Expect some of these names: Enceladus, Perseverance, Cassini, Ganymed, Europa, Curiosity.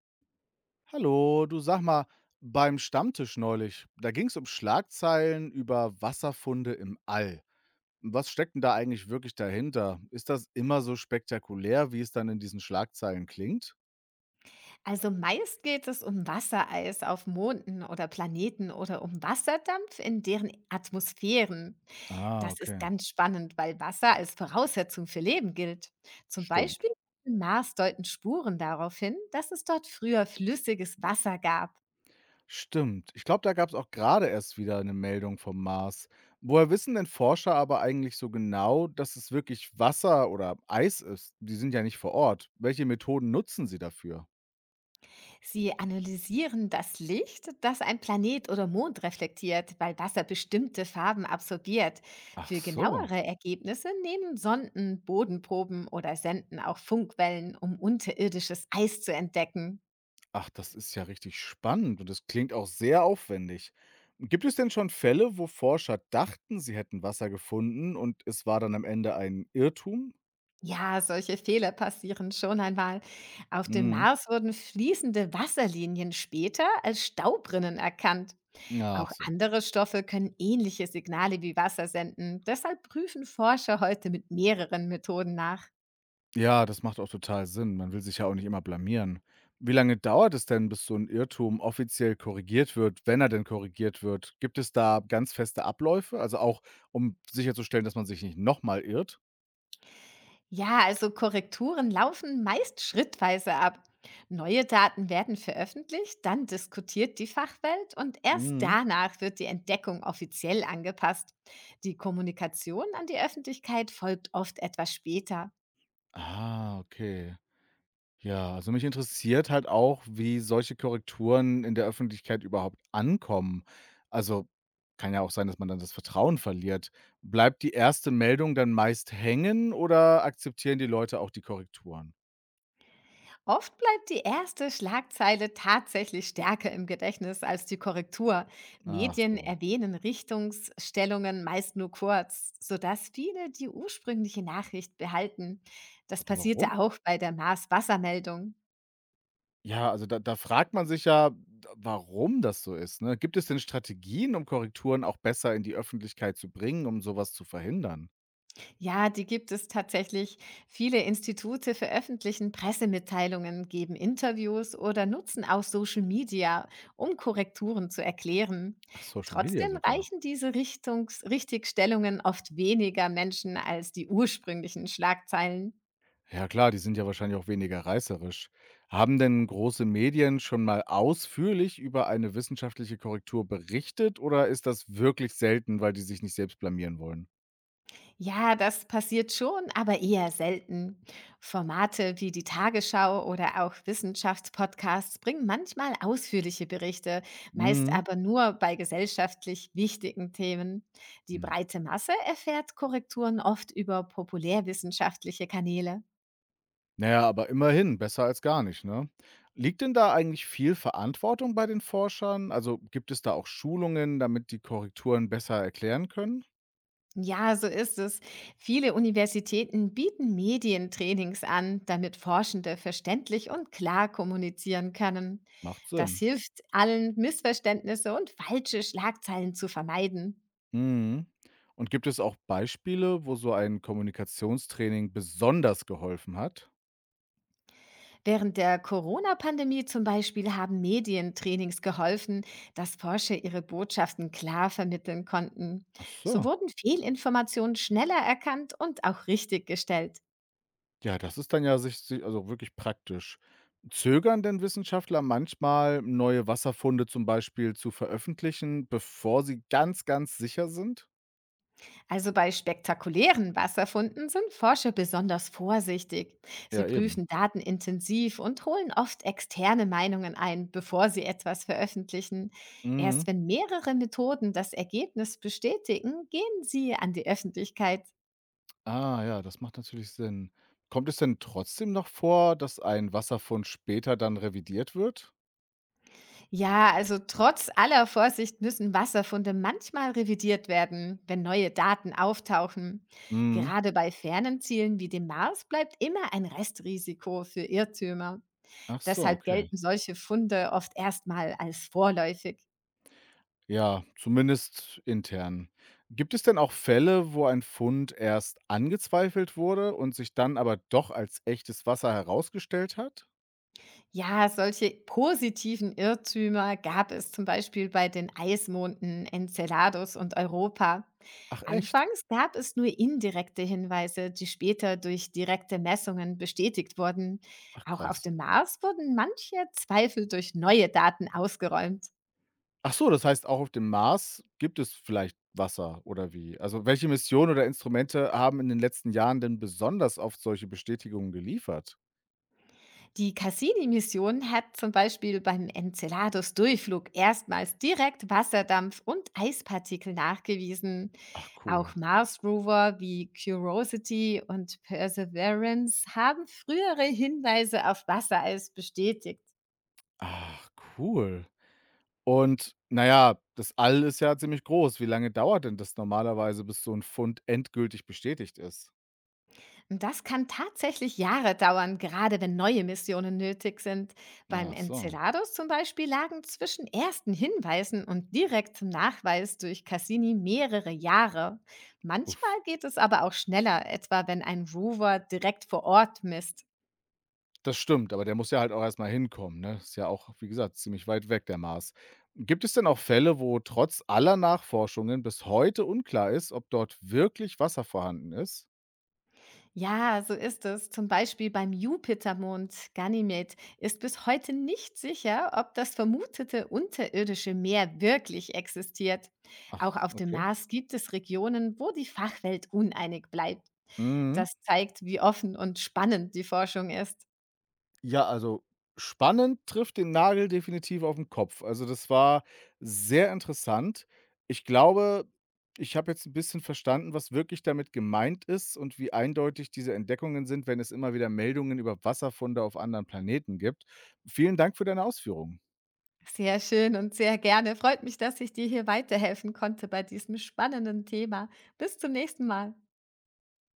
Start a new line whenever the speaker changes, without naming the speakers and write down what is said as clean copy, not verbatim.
Hallo, du, sag mal, beim Stammtisch neulich, da ging es um Schlagzeilen über Wasserfunde im All. Was steckt denn da eigentlich wirklich dahinter? Ist das immer so spektakulär, wie es dann in diesen Schlagzeilen klingt?
Also meist geht es um Wassereis auf Monden oder Planeten oder um Wasserdampf in deren Atmosphären.
Ah,
Das ist
okay.
ganz spannend, weil Wasser als Voraussetzung für Leben gilt. Zum Beispiel
Stimmt.
im Mars deuten Spuren darauf hin, dass es dort früher flüssiges Wasser gab.
Stimmt, ich glaube, da gab es auch gerade erst wieder eine Meldung vom Mars. Woher wissen denn Forscher aber eigentlich so genau, dass es wirklich Wasser oder Eis ist? Die sind ja nicht vor Ort. Welche Methoden nutzen sie dafür?
Sie analysieren das Licht, das ein Planet oder Mond reflektiert, weil Wasser bestimmte Farben absorbiert.
Ach
Für
so.
genauere Ergebnisse nehmen Sonden Bodenproben oder senden auch Funkwellen, um unterirdisches Eis zu entdecken.
Ach, das ist ja richtig spannend und das klingt auch sehr aufwendig. Gibt es denn schon Fälle, wo Forscher dachten, sie hätten Wasser gefunden und es war dann am Ende ein Irrtum?
Ja, solche Fehler passieren schon einmal. Auf dem
Mhm.
Mars wurden fließende Wasserlinien später als Staubrinnen erkannt.
Ach
Auch
so.
andere Stoffe können ähnliche Signale wie Wasser senden. Deshalb prüfen Forscher heute mit mehreren Methoden nach.
Ja, das macht auch total Sinn. Man will sich ja auch nicht immer blamieren. Wie lange dauert es denn, bis so ein Irrtum offiziell korrigiert wird, wenn er denn korrigiert wird? Gibt es da ganz feste Abläufe? Also auch, um sicherzustellen, dass man sich nicht nochmal irrt?
Ja, also Korrekturen laufen meist schrittweise ab. Neue Daten werden veröffentlicht, dann diskutiert die Fachwelt und erst
Mhm.
danach wird die Entdeckung offiziell angepasst. Die Kommunikation an die Öffentlichkeit folgt oft etwas später.
Ah, okay. Ja, also mich interessiert halt auch, wie solche Korrekturen in der Öffentlichkeit überhaupt ankommen. Also kann ja auch sein, dass man dann das Vertrauen verliert. Bleibt die erste Meldung dann meist hängen oder akzeptieren die Leute auch die Korrekturen?
Oft bleibt die erste Schlagzeile tatsächlich stärker im Gedächtnis als die Korrektur.
Ach
Medien
so.
erwähnen Richtungsstellungen meist nur kurz, sodass viele die ursprüngliche Nachricht behalten. Das
Aber warum?
passierte auch bei der Mars-Wassermeldung.
Ja, also da fragt man sich ja, warum das so ist, ne? Gibt es denn Strategien, um Korrekturen auch besser in die Öffentlichkeit zu bringen, um sowas zu verhindern?
Ja, die gibt es tatsächlich. Viele Institute veröffentlichen Pressemitteilungen, geben Interviews oder nutzen auch Social Media, um Korrekturen zu erklären.
Ach, Social Media
Trotzdem
sogar.
reichen diese Richtungs Richtigstellungen oft weniger Menschen als die ursprünglichen Schlagzeilen.
Ja klar, die sind ja wahrscheinlich auch weniger reißerisch. Haben denn große Medien schon mal ausführlich über eine wissenschaftliche Korrektur berichtet oder ist das wirklich selten, weil die sich nicht selbst blamieren wollen?
Ja, das passiert schon, aber eher selten. Formate wie die Tagesschau oder auch Wissenschaftspodcasts bringen manchmal ausführliche Berichte, meist
Mhm.
aber nur bei gesellschaftlich wichtigen Themen. Die
Hm.
breite Masse erfährt Korrekturen oft über populärwissenschaftliche Kanäle.
Naja, aber immerhin, besser als gar nicht, ne? Liegt denn da eigentlich viel Verantwortung bei den Forschern? Also gibt es da auch Schulungen, damit die Korrekturen besser erklären können?
Ja, so ist es. Viele Universitäten bieten Medientrainings an, damit Forschende verständlich und klar kommunizieren können.
Macht
Das
Sinn.
hilft allen, Missverständnisse und falsche Schlagzeilen zu vermeiden.
Mhm. Und gibt es auch Beispiele, wo so ein Kommunikationstraining besonders geholfen hat?
Während der Corona-Pandemie zum Beispiel haben Medientrainings geholfen, dass Forscher ihre Botschaften klar vermitteln konnten.
Ach
So
so.
wurden Fehlinformationen schneller erkannt und auch richtig gestellt.
Ja, das ist dann ja sich si also, wirklich praktisch. Zögern denn Wissenschaftler manchmal, neue Wasserfunde zum Beispiel zu veröffentlichen, bevor sie ganz, ganz sicher sind?
Also bei spektakulären Wasserfunden sind Forscher besonders vorsichtig. Sie
Ja, eben.
prüfen Daten intensiv und holen oft externe Meinungen ein, bevor sie etwas veröffentlichen.
Mhm.
Erst wenn mehrere Methoden das Ergebnis bestätigen, gehen sie an die Öffentlichkeit.
Ah ja, das macht natürlich Sinn. Kommt es denn trotzdem noch vor, dass ein Wasserfund später dann revidiert wird?
Ja, also trotz aller Vorsicht müssen Wasserfunde manchmal revidiert werden, wenn neue Daten auftauchen.
Mhm.
Gerade bei fernen Zielen wie dem Mars bleibt immer ein Restrisiko für Irrtümer.
Ach so,
Deshalb
okay.
gelten solche Funde oft erstmal als vorläufig.
Ja, zumindest intern. Gibt es denn auch Fälle, wo ein Fund erst angezweifelt wurde und sich dann aber doch als echtes Wasser herausgestellt hat?
Ja, solche positiven Irrtümer gab es zum Beispiel bei den Eismonden Enceladus und Europa.
Ach echt?
Anfangs gab es nur indirekte Hinweise, die später durch direkte Messungen bestätigt wurden.
Ach
Auch auf
krass.
dem Mars wurden manche Zweifel durch neue Daten ausgeräumt.
Ach so, das heißt, auch auf dem Mars gibt es vielleicht Wasser oder wie? Also, welche Missionen oder Instrumente haben in den letzten Jahren denn besonders oft solche Bestätigungen geliefert?
Die Cassini-Mission hat zum Beispiel beim Enceladus-Durchflug erstmals direkt Wasserdampf und Eispartikel nachgewiesen.
Ach cool.
Auch Mars-Rover wie Curiosity und Perseverance haben frühere Hinweise auf Wassereis bestätigt.
Ach cool. Und naja, das All ist ja ziemlich groß. Wie lange dauert denn das normalerweise, bis so ein Fund endgültig bestätigt ist?
Das kann tatsächlich Jahre dauern, gerade wenn neue Missionen nötig sind. Beim
Ach so.
Enceladus zum Beispiel lagen zwischen ersten Hinweisen und direktem Nachweis durch Cassini mehrere Jahre. Manchmal
Uff.
geht es aber auch schneller, etwa wenn ein Rover direkt vor Ort misst.
Das stimmt, aber der muss ja halt auch erst mal hinkommen, ne? Ist ja auch, wie gesagt, ziemlich weit weg, der Mars. Gibt es denn auch Fälle, wo trotz aller Nachforschungen bis heute unklar ist, ob dort wirklich Wasser vorhanden ist?
Ja, so ist es. Zum Beispiel beim Jupitermond Ganymed ist bis heute nicht sicher, ob das vermutete unterirdische Meer wirklich existiert. Auch
Ach,
auf dem
okay.
Mars gibt es Regionen, wo die Fachwelt uneinig bleibt.
Mhm.
Das zeigt, wie offen und spannend die Forschung ist.
Ja, also spannend trifft den Nagel definitiv auf den Kopf. Also, das war sehr interessant. Ich glaube, ich habe jetzt ein bisschen verstanden, was wirklich damit gemeint ist und wie eindeutig diese Entdeckungen sind, wenn es immer wieder Meldungen über Wasserfunde auf anderen Planeten gibt. Vielen Dank für deine Ausführungen.
Sehr schön und sehr gerne. Freut mich, dass ich dir hier weiterhelfen konnte bei diesem spannenden Thema. Bis zum nächsten Mal.